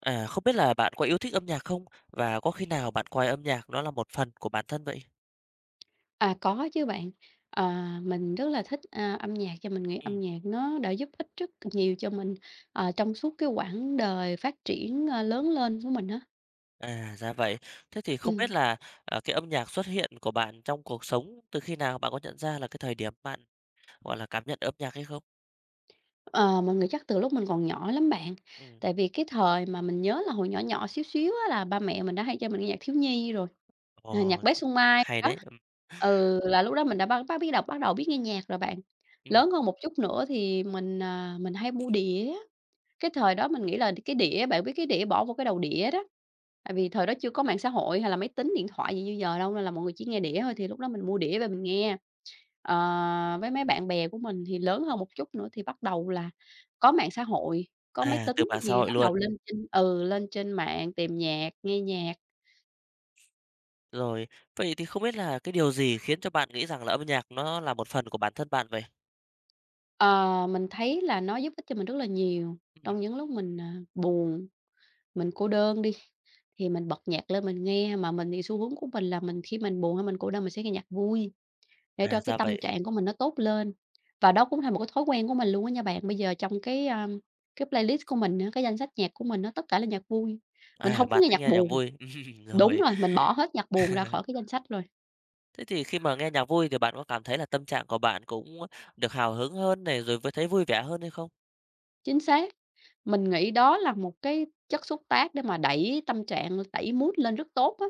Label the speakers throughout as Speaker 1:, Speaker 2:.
Speaker 1: Không biết là bạn có yêu thích âm nhạc không? Và có khi nào bạn coi âm nhạc nó là một phần của bản thân vậy?
Speaker 2: À, có chứ bạn. Ờ, mình rất là thích, âm nhạc cho mình nghĩ
Speaker 1: Ừm,
Speaker 2: âm nhạc nó đã giúp ích rất nhiều cho mình, trong suốt cái quãng đời phát triển, lớn lên của mình á.
Speaker 1: ra vậy. Thế thì không biết
Speaker 2: Ừm,
Speaker 1: là, ờ, cái âm nhạc xuất hiện của bạn trong cuộc sống từ khi nào? Bạn có nhận ra là cái thời điểm bạn, gọi là, cảm nhận âm nhạc hay không?
Speaker 2: ờ, mình nghĩ chắc từ lúc mình còn nhỏ lắm bạn,
Speaker 1: Ừm,
Speaker 2: tại vì cái thời mà mình nhớ là hồi nhỏ nhỏ xíu xíu á là ba mẹ mình đã hay cho mình nghe nhạc thiếu nhi rồi, nhạc
Speaker 1: ồ,
Speaker 2: bé Xuân Mai
Speaker 1: hay
Speaker 2: đó.
Speaker 1: đấy.
Speaker 2: Ừ, là lúc đó mình đã bắt bắt biết đọc bắt đầu biết nghe nhạc rồi bạn.
Speaker 1: Ừm,
Speaker 2: Lớn hơn một chút nữa thì mình, mình hay mua đĩa. Cái thời đó mình nghĩ là cái đĩa, bạn biết cái đĩa bỏ vô cái đầu đĩa đó, tại vì thời đó chưa có mạng xã hội hay là máy tính, điện thoại gì như giờ đâu, nên là mọi người chỉ nghe đĩa thôi, thì lúc đó mình mua đĩa về mình nghe. Ờ, với mấy bạn bè của mình thì lớn hơn một chút nữa thì bắt đầu là có mạng xã hội, có máy tính
Speaker 1: Từ mạng xã
Speaker 2: thì
Speaker 1: hội
Speaker 2: bắt
Speaker 1: luôn.
Speaker 2: đầu lên trên lên trên mạng tìm nhạc, nghe nhạc.
Speaker 1: Rồi, vậy thì không biết là cái điều gì khiến cho bạn nghĩ rằng là âm nhạc nó là một phần của bản thân bạn vậy?
Speaker 2: Ờ, mình thấy là nó giúp ích cho mình rất là nhiều,
Speaker 1: Ừm,
Speaker 2: trong những lúc mình, buồn, mình cô đơn đi, thì mình bật nhạc lên mình nghe, mà mình thì xu hướng của mình là mình khi mình buồn hay mình cô đơn mình sẽ nghe nhạc vui. Để cho cái
Speaker 1: ra vậy.
Speaker 2: tâm trạng của mình nó tốt lên. Và đó cũng thành một cái thói quen của mình luôn á nha bạn. Bây giờ trong cái, cái playlist của mình á, cái danh sách nhạc của mình nó tất cả là nhạc vui, mình
Speaker 1: À,
Speaker 2: không có
Speaker 1: bạn
Speaker 2: nghe
Speaker 1: thích
Speaker 2: nhạc
Speaker 1: nghe nhạc
Speaker 2: buồn.
Speaker 1: vui.
Speaker 2: Đúng
Speaker 1: Rồi.
Speaker 2: rồi, mình bỏ hết nhạc buồn ra khỏi cái danh sách rồi,
Speaker 1: Thế thì khi mà nghe nhạc vui thì bạn có cảm thấy là tâm trạng của bạn cũng được hào hứng hơn này, rồi với thấy vui vẻ hơn hay không?
Speaker 2: chính xác. Mình nghĩ đó là một cái chất xúc tác để mà đẩy tâm trạng, đẩy mood lên rất tốt á.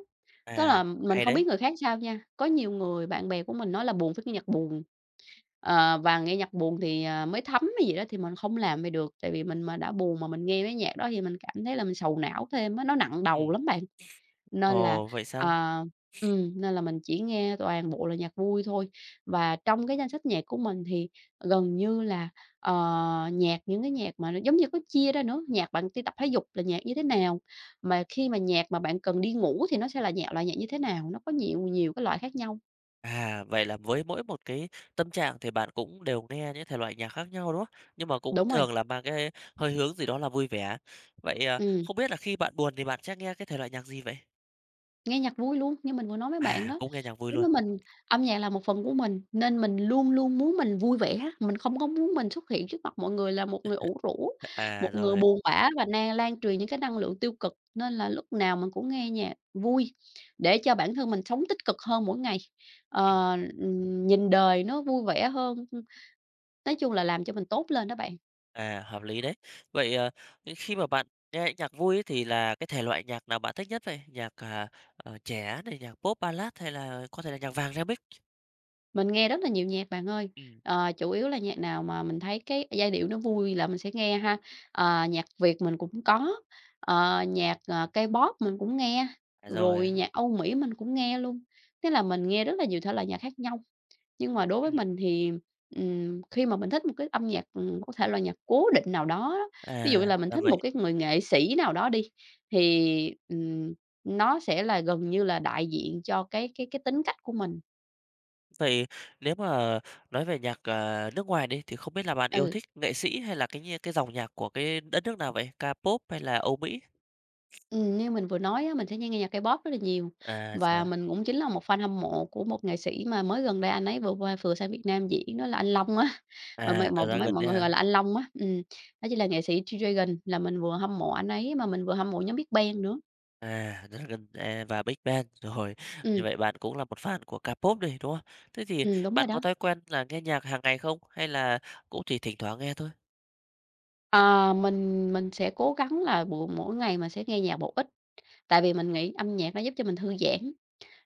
Speaker 2: Tức
Speaker 1: À,
Speaker 2: là mình
Speaker 1: hay
Speaker 2: không
Speaker 1: đấy.
Speaker 2: biết người khác sao nha, có nhiều người bạn bè của mình nói là buồn phải nghe nhạc buồn. Ờ, và nghe nhạc buồn thì, mới thấm hay gì đó thì mình không làm vậy được, tại vì mình mà đã buồn mà mình nghe mấy nhạc đó thì mình cảm thấy là mình sầu não thêm á, nó nặng đầu
Speaker 1: Ừ.
Speaker 2: lắm bạn. Nên là,
Speaker 1: Ồ, vậy sao?
Speaker 2: ờ nên là mình chỉ nghe toàn bộ là nhạc vui thôi. Và trong cái danh sách nhạc của mình thì gần như là, ờ, nhạc những cái nhạc mà nó giống như có chia ra nữa, nhạc bạn đi tập thể dục là nhạc như thế nào, mà khi mà nhạc mà bạn cần đi ngủ thì nó sẽ là nhạc loại nhạc như thế nào, nó có nhiều nhiều cái loại khác nhau.
Speaker 1: À, vậy là với mỗi một cái tâm trạng thì bạn cũng đều nghe những thể loại nhạc khác nhau, đúng không? Nhưng mà cũng
Speaker 2: Đúng rồi,
Speaker 1: thường là mang cái hơi hướng gì đó là vui vẻ. Vậy,
Speaker 2: ừ.
Speaker 1: không biết là khi bạn buồn thì bạn sẽ nghe cái thể loại nhạc gì vậy?
Speaker 2: Nghe nhạc vui luôn, như mình vừa nói với bạn
Speaker 1: À,
Speaker 2: đó,
Speaker 1: cũng nghe nhạc vui
Speaker 2: đối
Speaker 1: luôn.
Speaker 2: với mình, âm nhạc là một phần của mình, nên mình luôn luôn muốn mình vui vẻ, mình không có muốn mình xuất hiện trước mặt mọi người là một người ủ rũ,
Speaker 1: À,
Speaker 2: một người
Speaker 1: rồi.
Speaker 2: buồn bã và na lan truyền những cái năng lượng tiêu cực, nên là lúc nào mình cũng nghe nhạc vui để cho bản thân mình sống tích cực hơn mỗi ngày, ờ, nhìn đời nó vui vẻ hơn, nói chung là làm cho mình tốt lên đó bạn.
Speaker 1: À, hợp lý đấy. Vậy, những khi mà bạn nghe nhạc vui ấy thì là cái thể loại nhạc nào bạn thích nhất vậy? Nhạc trẻ này, nhạc Pop Ballad hay là có thể là nhạc vàng Remix?
Speaker 2: Mình nghe rất là nhiều nhạc bạn ơi,
Speaker 1: ừ
Speaker 2: chủ yếu là nhạc nào mà mình thấy cái giai điệu nó vui là mình sẽ nghe ha. Ờ, nhạc Việt mình cũng có, K-pop mình cũng nghe,
Speaker 1: à,
Speaker 2: rồi
Speaker 1: rồi,
Speaker 2: nhạc Âu Mỹ mình cũng nghe luôn. Thế là mình nghe rất là nhiều thể loại nhạc khác nhau, nhưng mà đối với
Speaker 1: ừm,
Speaker 2: mình thì, khi mà mình thích một cái âm nhạc, có thể là nhạc cố định nào đó đó, ví dụ
Speaker 1: à,
Speaker 2: như là mình
Speaker 1: là
Speaker 2: thích
Speaker 1: vậy.
Speaker 2: một cái người nghệ sĩ nào đó đi, thì, nó sẽ là gần như là đại diện cho cái tính cách của mình.
Speaker 1: Vậy nếu mà nói về nhạc, nước ngoài đi thì không biết là bạn yêu
Speaker 2: Ừ.
Speaker 1: thích nghệ sĩ hay là cái dòng nhạc của cái đất nước nào vậy? Ca pop hay là Âu Mỹ?
Speaker 2: Như mình vừa nói á, mình sẽ nghe nhạc K-pop rất là nhiều
Speaker 1: À,
Speaker 2: và
Speaker 1: rồi,
Speaker 2: mình cũng chính là một fan hâm mộ của một nghệ sĩ mà mới gần đây anh ấy vừa sang Việt Nam diễn đó là anh Long á, mà mọi mà mấy
Speaker 1: Dragon
Speaker 2: mọi
Speaker 1: đấy
Speaker 2: người
Speaker 1: hả?
Speaker 2: gọi là anh Long á. Đó chính là nghệ sĩ G-Dragon, là mình vừa hâm mộ anh ấy mà mình vừa hâm mộ nhóm Big Bang nữa.
Speaker 1: À, rất là gần à, và Big Bang, rồi. Như
Speaker 2: Ừm,
Speaker 1: vậy bạn cũng là một fan của K-pop này, đúng không? Thế thì
Speaker 2: đúng rồi
Speaker 1: bạn có
Speaker 2: đó.
Speaker 1: thói quen là nghe nhạc hàng ngày không? Hay là cũng chỉ thỉnh thoảng nghe thôi?
Speaker 2: Ờ, mình sẽ cố gắng là buổi mỗi ngày mình sẽ nghe nhạc bổ ích, tại vì mình nghĩ âm nhạc nó giúp cho mình thư giãn.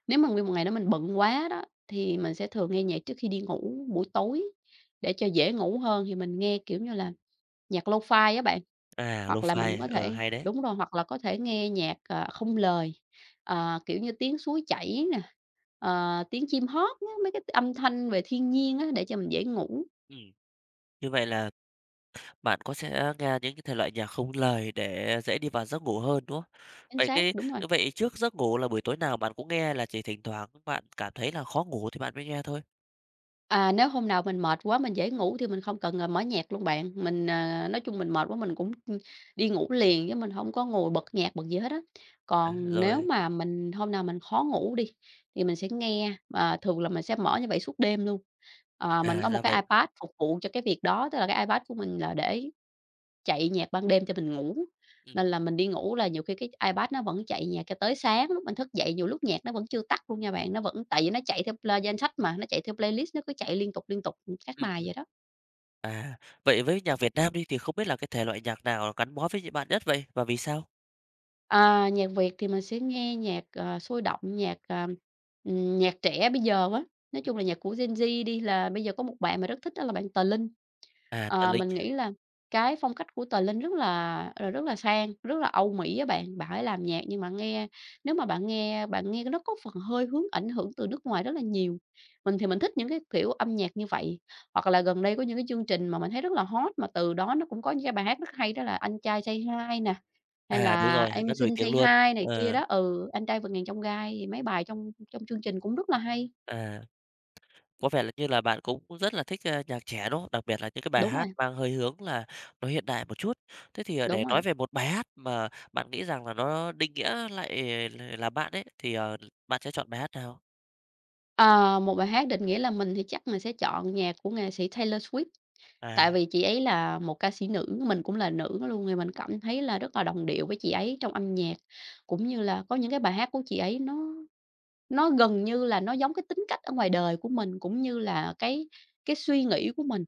Speaker 2: Nếu mà nguyên một ngày đó mình bận quá đó, thì mình sẽ thường nghe nhạc trước khi đi ngủ buổi tối để cho dễ ngủ hơn, thì mình nghe, kiểu như là, nhạc lo-fi á bạn, hoặc là mình có thể
Speaker 1: Hay đấy.
Speaker 2: đúng rồi, hoặc là có thể nghe nhạc, không lời, kiểu như, tiếng suối chảy nè, tiếng chim hót á, mấy cái âm thanh về thiên nhiên á, để cho mình dễ ngủ.
Speaker 1: Ừm, như vậy là bạn có sẽ nghe những cái thể loại nhạc không lời để dễ đi vào giấc ngủ hơn, đúng không?
Speaker 2: Chính
Speaker 1: Vậy
Speaker 2: xác,
Speaker 1: cái
Speaker 2: đúng rồi.
Speaker 1: Như vậy trước giấc ngủ là buổi tối nào bạn cũng nghe hay là chỉ thỉnh thoảng bạn cảm thấy là khó ngủ thì bạn mới nghe thôi?
Speaker 2: À, nếu hôm nào mình mệt quá mình dễ ngủ thì mình không cần, mở nhạc luôn bạn. Mình, nói chung mình mệt quá mình cũng, đi ngủ liền chứ mình không có ngồi bật nhạc, bật gì hết á.
Speaker 1: À,
Speaker 2: Còn nếu
Speaker 1: rồi,
Speaker 2: mà mình hôm nào mình khó ngủ đi, thì mình sẽ nghe, mà thường là mình sẽ mở như vậy suốt đêm luôn. Ờ, mình có một
Speaker 1: Ra
Speaker 2: cái
Speaker 1: vậy.
Speaker 2: iPad phục vụ cho cái việc đó, tức là cái iPad của mình là để chạy nhạc ban đêm cho mình ngủ,
Speaker 1: Ừm,
Speaker 2: nên là mình đi ngủ là nhiều khi cái iPad nó vẫn chạy nhạc cho tới sáng, lúc mình thức dậy nhiều lúc nhạc nó vẫn chưa tắt luôn nha bạn, nó vẫn tại vì nó chạy theo danh sách mà, nó chạy theo playlist nó cứ chạy liên tục, các
Speaker 1: ừm,
Speaker 2: bài
Speaker 1: ừm.
Speaker 2: vậy đó.
Speaker 1: À, Vậy với nhạc Việt Nam đi thì không biết là cái thể loại nhạc nào gắn bó với bạn nhất vậy và vì sao?
Speaker 2: À, nhạc Việt thì mình sẽ nghe nhạc, sôi động, nhạc, nhạc trẻ bây giờ á, nói chung là nhạc của Gen Z đi, là bây giờ có một bạn mà rất thích đó là bạn Tờ Linh.
Speaker 1: À, Tần
Speaker 2: Ờ,
Speaker 1: Linh,
Speaker 2: mình nghĩ là cái phong cách của Tờ Linh rất là rất là sang, rất là Âu Mỹ á bạn. Bạn ấy làm nhạc nhưng mà nghe nếu mà bạn nghe nó có phần hơi hướng ảnh hưởng từ nước ngoài rất là nhiều. Mình thì mình thích những cái kiểu âm nhạc như vậy, hoặc là gần đây có những cái chương trình mà mình thấy rất là hot mà từ đó nó cũng có những cái bài hát rất hay đó là "Anh Trai Say Hi" nè, hay
Speaker 1: à, đúng
Speaker 2: là
Speaker 1: rồi,
Speaker 2: "Em
Speaker 1: rất nổi
Speaker 2: Xin Say
Speaker 1: tiếng luôn.
Speaker 2: Hi" này kia
Speaker 1: Ờ,
Speaker 2: đó. Ừ, "Anh Trai Vượt Ngàn Chông Gai" thì mấy bài trong trong chương trình cũng rất là hay.
Speaker 1: à, có vẻ là như là bạn cũng rất là thích, nhạc trẻ, đúng không? Đặc biệt là những cái bài
Speaker 2: Đúng
Speaker 1: hát
Speaker 2: rồi,
Speaker 1: mang hơi hướng là nó hiện đại một chút. Thế thì,
Speaker 2: đúng
Speaker 1: để nói
Speaker 2: rồi.
Speaker 1: về một bài hát mà bạn nghĩ rằng là nó định nghĩa lại là bạn ấy, thì bạn sẽ chọn bài hát nào?
Speaker 2: Ờ, một bài hát định nghĩa là mình thì chắc mình sẽ chọn nhạc của nghệ sĩ Taylor Swift,
Speaker 1: À,
Speaker 2: tại vì chị ấy là một ca sĩ nữ, mình cũng là nữ luôn thì mình cảm thấy là rất là đồng điệu với chị ấy trong âm nhạc, cũng như là có những cái bài hát của chị ấy nó gần như là nó giống cái tính cách ở ngoài đời của mình, cũng như là cái suy nghĩ của mình,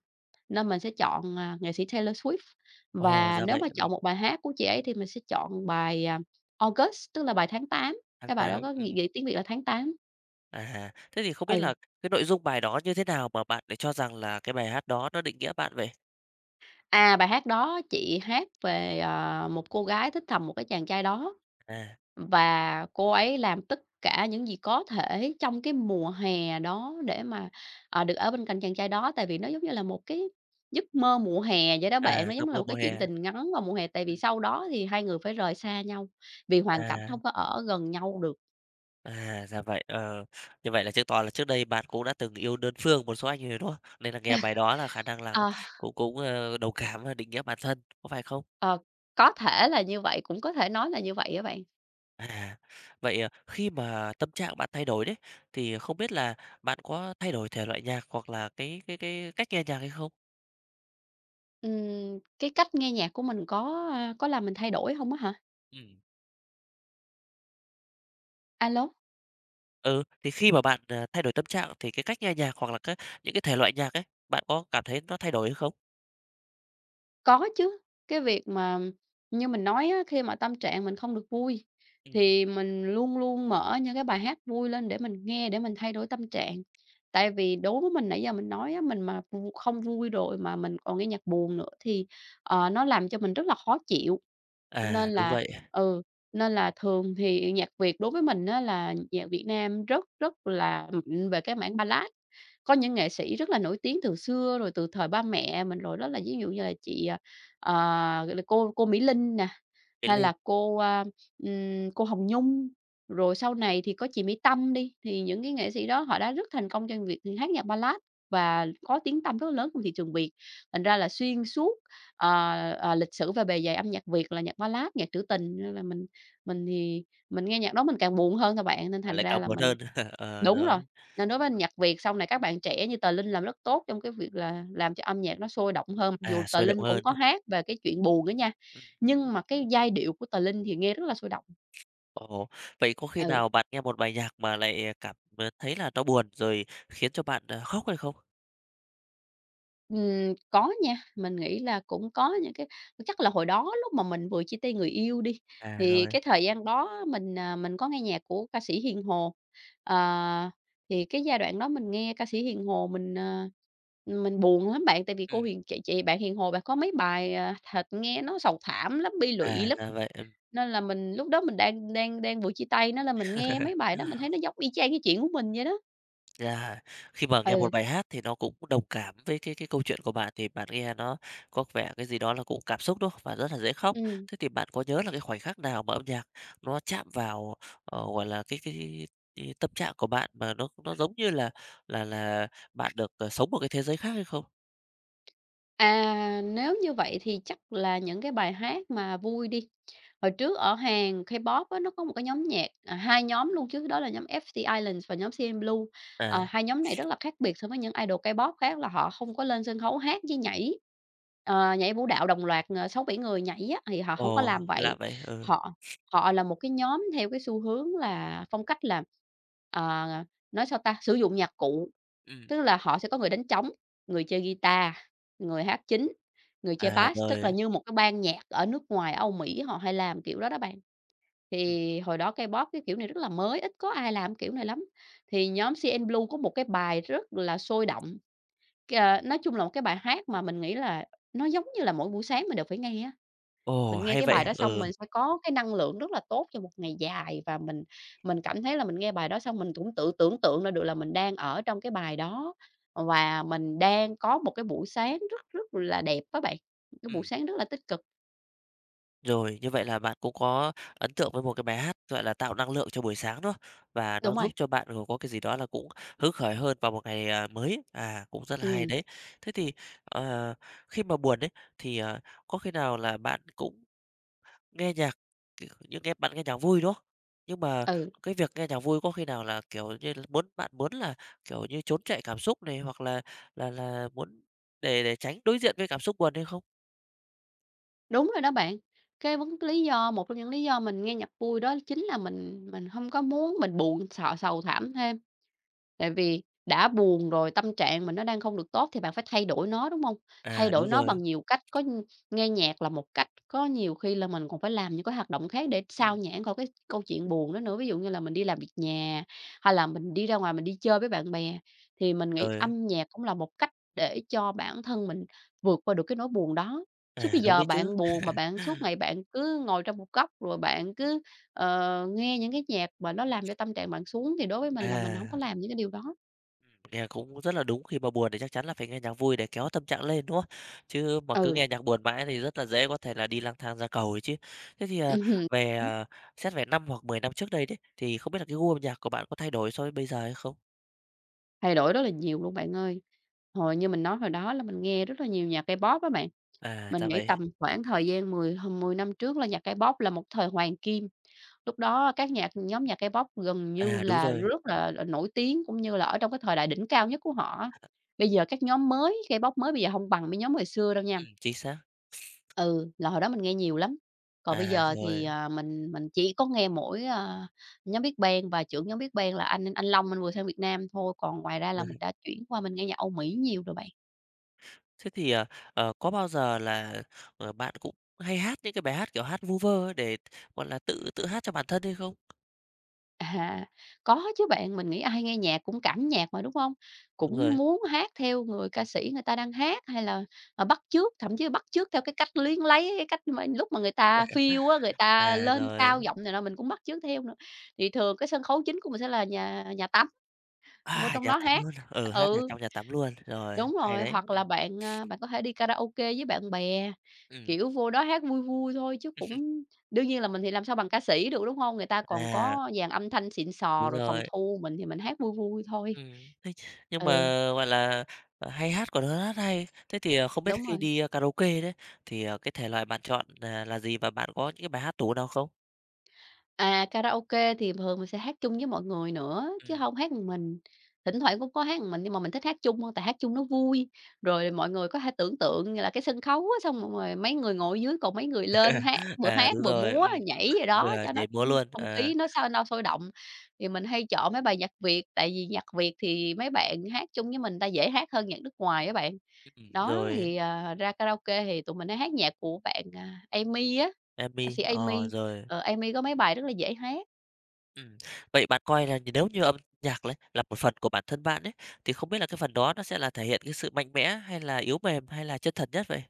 Speaker 2: nên mình sẽ chọn, nghệ sĩ Taylor Swift. Và
Speaker 1: Ra
Speaker 2: nếu
Speaker 1: vậy.
Speaker 2: mà chọn một bài hát của chị ấy thì mình sẽ chọn bài, August, tức là bài tháng 8,
Speaker 1: "Tháng
Speaker 2: cái bài đó
Speaker 1: 8".
Speaker 2: có nghĩa nghĩa tiếng Việt là tháng tám.
Speaker 1: Thế thì không biết
Speaker 2: Ừ.
Speaker 1: là cái nội dung bài đó như thế nào mà bạn lại cho rằng là cái bài hát đó nó định nghĩa bạn vậy?
Speaker 2: À, bài hát đó chị hát về, một cô gái thích thầm một cái chàng trai đó,
Speaker 1: À,
Speaker 2: và cô ấy làm tất cả những gì có thể trong cái mùa hè đó để mà, được ở bên cạnh chàng trai đó. Tại vì nó giống như là một cái giấc mơ mùa hè vậy đó bạn, nó giống
Speaker 1: "Giông
Speaker 2: như là
Speaker 1: Mơ
Speaker 2: một
Speaker 1: Mùa
Speaker 2: cái chuyện
Speaker 1: Hè".
Speaker 2: tình ngắn vào mùa hè, tại vì
Speaker 1: Ừm,
Speaker 2: sau đó thì hai người phải rời xa nhau, vì hoàn cảnh
Speaker 1: à,
Speaker 2: không có ở gần nhau được.
Speaker 1: Ra vậy. Ờ. Như vậy là chứng tỏ là trước đây bạn cũng đã từng yêu đơn phương một số anh rồi, đúng không? Nên là nghe bài đó là khả năng là
Speaker 2: Ờ,
Speaker 1: cũng cũng, ờ, đồng cảm và định nghĩa bản thân, có phải không?
Speaker 2: ờ, có thể là như vậy, cũng có thể nói là như vậy á bạn.
Speaker 1: À, vậy, khi mà tâm trạng bạn thay đổi đấy, thì không biết là bạn có thay đổi thể loại nhạc hoặc là cái cách nghe nhạc hay không?
Speaker 2: Cái cách nghe nhạc của mình có, có làm mình thay đổi không á hả?
Speaker 1: Ừm.
Speaker 2: Alo.
Speaker 1: Ừ, thì khi mà bạn thay đổi tâm trạng thì cái cách nghe nhạc hoặc là cái những cái thể loại nhạc ấy, bạn có cảm thấy nó thay đổi hay không?
Speaker 2: Có chứ, cái việc mà như mình nói á, khi mà tâm trạng mình không được vui
Speaker 1: Ừm.
Speaker 2: thì mình luôn luôn mở những cái bài hát vui lên để mình nghe, để mình thay đổi tâm trạng. Tại vì đối với mình nãy giờ mình nói á, mình mà không vui rồi mà mình còn nghe nhạc buồn nữa thì, nó làm cho mình rất là khó chịu. Nên
Speaker 1: À, đúng
Speaker 2: là
Speaker 1: vậy,
Speaker 2: ừ, nên là thường thì nhạc Việt đối với mình á là nhạc Việt Nam rất rất là mạnh về cái mảng Ballad. Có những nghệ sĩ rất là nổi tiếng từ xưa rồi từ thời ba mẹ mình rồi, đó là ví dụ như là chị, à, ờ, gọi là, cô Mỹ Linh nè,
Speaker 1: cái
Speaker 2: hay
Speaker 1: ly
Speaker 2: là cô Hồng Nhung, rồi sau này thì có chị Mỹ Tâm đi, thì những cái nghệ sĩ đó họ đã rất thành công trong việc hát nhạc Ballad và có tiếng tăm rất lớn trong thị trường Việt. Thành ra là xuyên suốt, ờ, lịch sử và bề dày âm nhạc Việt là nhạc Ballad, nhạc trữ tình, nên là mình mình nghe nhạc đó mình càng buồn hơn các bạn, nên
Speaker 1: à,
Speaker 2: thành
Speaker 1: lại
Speaker 2: ra
Speaker 1: càng
Speaker 2: là
Speaker 1: buồn
Speaker 2: mình.
Speaker 1: hơn. Ờ,
Speaker 2: Đúng
Speaker 1: rồi,
Speaker 2: rồi, nên đối với nhạc Việt sau này các bạn trẻ như Tờ Linh làm rất tốt trong cái việc là làm cho âm nhạc nó sôi động hơn. Mặc dù
Speaker 1: à,
Speaker 2: Tờ
Speaker 1: sôi động
Speaker 2: Linh cũng
Speaker 1: hơn.
Speaker 2: có hát về cái chuyện buồn đó nha,
Speaker 1: Ừm,
Speaker 2: nhưng mà cái giai điệu của Tờ Linh thì nghe rất là sôi động.
Speaker 1: ồ, Vậy có khi
Speaker 2: Ừ.
Speaker 1: nào bạn nghe một bài nhạc mà lại cảm thấy là nó buồn rồi khiến cho bạn khóc hay không?
Speaker 2: Có nha, mình nghĩ là cũng có những cái chắc là hồi đó lúc mà mình vừa chia tay người yêu đi,
Speaker 1: À,
Speaker 2: thì
Speaker 1: rồi,
Speaker 2: cái thời gian đó mình có nghe nhạc của ca sĩ Hiền Hồ. Ờ, thì cái giai đoạn đó mình nghe ca sĩ Hiền Hồ mình buồn lắm bạn, tại vì cô
Speaker 1: ừm,
Speaker 2: Hiền chị bạn Hiền Hồ bạn có mấy bài, thật nghe nó sầu thảm lắm, bi lụy lắm,
Speaker 1: Ra vậy. Ừm.
Speaker 2: nên là mình lúc đó mình đang đang đang vừa chia tay, nó là mình nghe mấy bài đó mình thấy nó giống y chang cái chuyện của mình vậy đó.
Speaker 1: Yeah. Khi mà nghe
Speaker 2: Ừ,
Speaker 1: một bài hát thì nó cũng đồng cảm với cái câu chuyện của bạn thì bạn nghe nó có vẻ cái gì đó là cũng cảm xúc, đúng không? Và rất là dễ khóc.
Speaker 2: ừ.
Speaker 1: Thế thì bạn có nhớ là cái khoảnh khắc nào mà âm nhạc nó chạm vào, ờ, gọi là, cái tâm trạng của bạn mà nó giống như là là là bạn được, ờ, sống một cái thế giới khác hay không?
Speaker 2: À, nếu như vậy thì chắc là những cái bài hát mà vui đi. Hồi trước ở Hàn K-pop á, nó có một cái nhóm nhạc, à, 2 nhóm luôn chứ, đó là nhóm FT Islands và nhóm CN Blue.
Speaker 1: À,
Speaker 2: Ờ, hai nhóm này rất là khác biệt so với những idol K-pop khác là họ không có lên sân khấu hát với nhảy, nhảy vũ đạo đồng loạt, 6-7 người nhảy á, thì họ không có làm
Speaker 1: Lạ
Speaker 2: vậy.
Speaker 1: vậy. Ừ.
Speaker 2: Họ họ là một cái nhóm theo cái xu hướng là phong cách là, ờ, nói sao ta, sử dụng nhạc cụ,
Speaker 1: Ừm.
Speaker 2: tức là họ sẽ có người đánh trống, người chơi guitar, người hát chính. Người chơi
Speaker 1: À,
Speaker 2: bass, tức là
Speaker 1: rồi.
Speaker 2: như một cái ban nhạc ở nước ngoài, Âu Mỹ họ hay làm kiểu đó đó bạn.
Speaker 1: Ừm.
Speaker 2: Thì hồi đó K-pop cái kiểu này rất là mới, ít có ai làm kiểu này lắm. Thì nhóm CN Blue có một cái bài rất là sôi động, c nói chung là một cái bài hát mà mình nghĩ là nó giống như là mỗi buổi sáng mình đều phải nghe á.
Speaker 1: Ồ,
Speaker 2: Mình nghe
Speaker 1: hay
Speaker 2: cái
Speaker 1: vậy,
Speaker 2: bài đó xong
Speaker 1: ừ,
Speaker 2: mình sẽ có cái năng lượng rất là tốt cho một ngày dài và mình cảm thấy là mình nghe bài đó xong mình cũng tự tưởng tượng ra được là mình đang ở trong cái bài đó và mình đang có một cái buổi sáng rất rất là đẹp đó bạn, cái buổi
Speaker 1: ừm.
Speaker 2: sáng rất là tích cực.
Speaker 1: Rồi, như vậy là bạn cũng có ấn tượng với một cái bài hát, gọi là, tạo năng lượng cho buổi sáng, đúng. Và nó
Speaker 2: Đúng rồi,
Speaker 1: giúp cho bạn, ừ, có cái gì đó là cũng hứng khởi hơn vào một ngày mới. À, cũng rất là hay
Speaker 2: ừm,
Speaker 1: đấy. Thế thì, ờ, khi mà buồn đấy thì có khi nào là bạn cũng nghe nhạc, kiểu như, nghe bạn nghe nhạc vui, đúng không? Nhưng mà
Speaker 2: ừ,
Speaker 1: cái việc nghe nhạc vui có khi nào là, kiểu như là, muốn bạn muốn là, kiểu như, trốn chạy cảm xúc này, hoặc là muốn để tránh đối diện với cảm xúc buồn hay không?
Speaker 2: đúng rồi đó bạn. Cái lý do một trong những lý do mình nghe nhạc vui đó chính là mình không có muốn mình buồn, sợ sầu thảm thêm. Tại vì đã buồn rồi, tâm trạng mình nó đang không được tốt thì bạn phải thay đổi nó, đúng hông? Thay
Speaker 1: À,
Speaker 2: đổi
Speaker 1: đúng
Speaker 2: nó
Speaker 1: rồi.
Speaker 2: bằng nhiều cách, có nghe nhạc là một cách, có nhiều khi là mình còn phải làm những cái hoạt động khác để xao
Speaker 1: Ừm,
Speaker 2: nhãng khỏi cái câu chuyện buồn đó nữa. Ví dụ như là mình đi làm việc nhà, hay là mình đi ra ngoài mình đi chơi với bạn bè, thì mình nghĩ
Speaker 1: rồi.
Speaker 2: âm nhạc cũng là một cách để cho bản thân mình vượt qua được cái nỗi buồn đó. Chứ bây
Speaker 1: À, đúng
Speaker 2: giờ
Speaker 1: đấy chứ.
Speaker 2: bạn buồn mà bạn suốt ngày bạn cứ ngồi trong một góc, rồi bạn cứ nghe những cái nhạc mà nó làm cho tâm trạng bạn xuống thì đối với mình là mình hổng có
Speaker 1: À,
Speaker 2: làm những cái điều đó.
Speaker 1: Nghe cũng rất là đúng, khi mà buồn thì chắc chắn là phải nghe nhạc vui để kéo tâm trạng lên, đúng không? Chứ mà cứ
Speaker 2: Ừ,
Speaker 1: nghe nhạc buồn mãi thì rất là dễ có thể là đi lang thang ra cầu ấy chứ. Thế thì,
Speaker 2: ừm
Speaker 1: về,
Speaker 2: đó,
Speaker 1: à, xét về 5 hoặc 10 năm trước đây đấy, thì không biết là cái gu âm nhạc của bạn có thay đổi so với bây giờ hay không?
Speaker 2: thay đổi rất là nhiều luôn bạn ơi. Hồi như mình nói hồi đó là mình nghe rất là nhiều nhạc K-pop á bạn,
Speaker 1: À,
Speaker 2: mình
Speaker 1: ra
Speaker 2: nghĩ
Speaker 1: vậy.
Speaker 2: tầm khoảng thời gian 10 năm trước là nhạc K-pop là một thời hoàng kim. Lúc đó các nhóm nhạc K-pop gần như
Speaker 1: À, đúng
Speaker 2: là
Speaker 1: rồi,
Speaker 2: rất là nổi tiếng, cũng như là ở trong cái thời đại đỉnh cao nhất của họ á. Bây giờ các nhóm mới K-pop mới bây giờ hông bằng mấy nhóm hồi xưa đâu nha.
Speaker 1: chính xác.
Speaker 2: Ừ, là hồi đó mình nghe nhiều lắm, còn bây
Speaker 1: À,
Speaker 2: giờ thì,
Speaker 1: rồi.
Speaker 2: mình chỉ có nghe nhóm Big Bang và trưởng nhóm Big Bang là anh Long anh vừa sang Việt Nam thôi, còn ngoài ra là
Speaker 1: Ừ.
Speaker 2: mình đã chuyển qua mình nghe nhạc Âu Mỹ nhiều rồi bạn.
Speaker 1: Thế thì, có bao giờ là bạn cũng hay hát những cái bài hát, kiểu, hát vu vơ ấy để, gọi là, tự tự hát cho bản thân hay không?
Speaker 2: À, có chứ bạn, mình nghĩ ai nghe nhạc cũng cảm nhạc mà, đúng không?
Speaker 1: Đúng
Speaker 2: Cũng
Speaker 1: rồi.
Speaker 2: muốn hát theo người ca sĩ người ta đang hát hay là, bắt chước, thậm chí bắt chước theo cái cách luyến lấy cái cách mà lúc mà người ta phiêu á, người ta
Speaker 1: À,
Speaker 2: lên
Speaker 1: rồi.
Speaker 2: cao giọng này nọ mình cũng bắt chước theo nữa. Thì thường cái sân khấu chính của mình sẽ là nhà nhà tắm. Vô
Speaker 1: À,
Speaker 2: trong
Speaker 1: nhà
Speaker 2: đó
Speaker 1: tắm
Speaker 2: hát.
Speaker 1: luôn à? Ừ, hát nhà
Speaker 2: Ừ,
Speaker 1: trong nhà tắm luôn, rồi,
Speaker 2: đúng
Speaker 1: hay
Speaker 2: rồi,
Speaker 1: đấy.
Speaker 2: hoặc là bạn có thể đi karaoke với bạn bè,
Speaker 1: Ừm,
Speaker 2: kiểu, vô đó hát vui vui thôi chứ cũng đương nhiên là mình thì làm sao bằng ca sĩ được, đúng không? Người ta còn
Speaker 1: à,
Speaker 2: có dàn âm thanh xịn sò
Speaker 1: Đúng
Speaker 2: rồi phòng
Speaker 1: rồi,
Speaker 2: thu, mình thì mình hát vui vui thôi.
Speaker 1: ừm. Thế nhưng mà,
Speaker 2: Ừ,
Speaker 1: gọi là, ờ, hay hát còn hơn hát hay. Thế thì, không biết
Speaker 2: đúng
Speaker 1: khi
Speaker 2: rồi.
Speaker 1: đi, karaoke đấy, thì cái thể loại bạn chọn là gì và bạn có những cái bài hát tủ nào không?
Speaker 2: À, karaoke thì thường mình sẽ hát chung với mọi người nữa, chứ
Speaker 1: Ừm,
Speaker 2: hông hát một mình. Thỉnh thoảng cũng có hát một mình nhưng mà mình thích hát chung hơn, tại hát chung nó vui, rồi mọi người có thể tưởng tượng như là cái sân khấu á, xong rồi rồi mấy người ngồi dưới còn mấy người lên
Speaker 1: à,
Speaker 2: hát
Speaker 1: đúng
Speaker 2: vừa
Speaker 1: rồi,
Speaker 2: múa, nhảy gì đó
Speaker 1: vừa
Speaker 2: cho nó,
Speaker 1: nhảy múa luôn,
Speaker 2: không
Speaker 1: ờ,
Speaker 2: khí nó sao no sôi động. Thì mình hay chọn mấy bài nhạc Việt, tại vì nhạc Việt thì mấy bạn hát chung với mình ta dễ hát hơn nhạc nước ngoài á bạn. Đó,
Speaker 1: rồi,
Speaker 2: thì, ra karaoke thì tụi mình hay hát nhạc của Amy á, ca
Speaker 1: Emi,
Speaker 2: sĩ
Speaker 1: ờ,
Speaker 2: Amy.
Speaker 1: rồi.
Speaker 2: Ờ, Amy có mấy bài rất là dễ hát.
Speaker 1: Ừm, vậy bạn coi là nếu như âm nhạc đấy là một phần của bản thân bạn ấy, thì không biết là cái phần đó nó sẽ là thể hiện cái sự mạnh mẽ hay là yếu mềm hay là chân thật nhất vậy?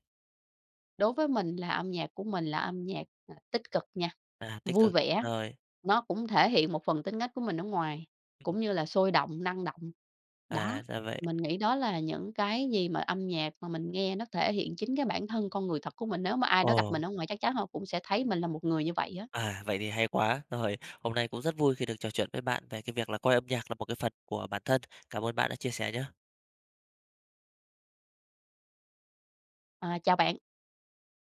Speaker 2: Đối với mình là âm nhạc của mình là âm nhạc, tích cực nha,
Speaker 1: À, tích
Speaker 2: vui
Speaker 1: cực,
Speaker 2: vẻ,
Speaker 1: rồi,
Speaker 2: nó cũng thể hiện một phần tính cách của mình ở ngoài,
Speaker 1: ừm,
Speaker 2: cũng như là sôi động, năng động. Đó,
Speaker 1: à, ra vậy.
Speaker 2: mình nghĩ đó là những cái gì mà âm nhạc mà mình nghe nó thể hiện chính cái bản thân con người thật của mình. Nếu mà ai đó gặp mình
Speaker 1: Ồ,
Speaker 2: ở ngoài chắc chắn họ cũng sẽ thấy mình là một người như vậy á.
Speaker 1: à, vậy thì hay quá. Rồi, hôm nay cũng rất vui khi được trò chuyện với bạn về cái việc là coi âm nhạc là một cái phần của bản thân. Cảm ơn bạn đã chia sẻ nhé.
Speaker 2: À, chào bạn.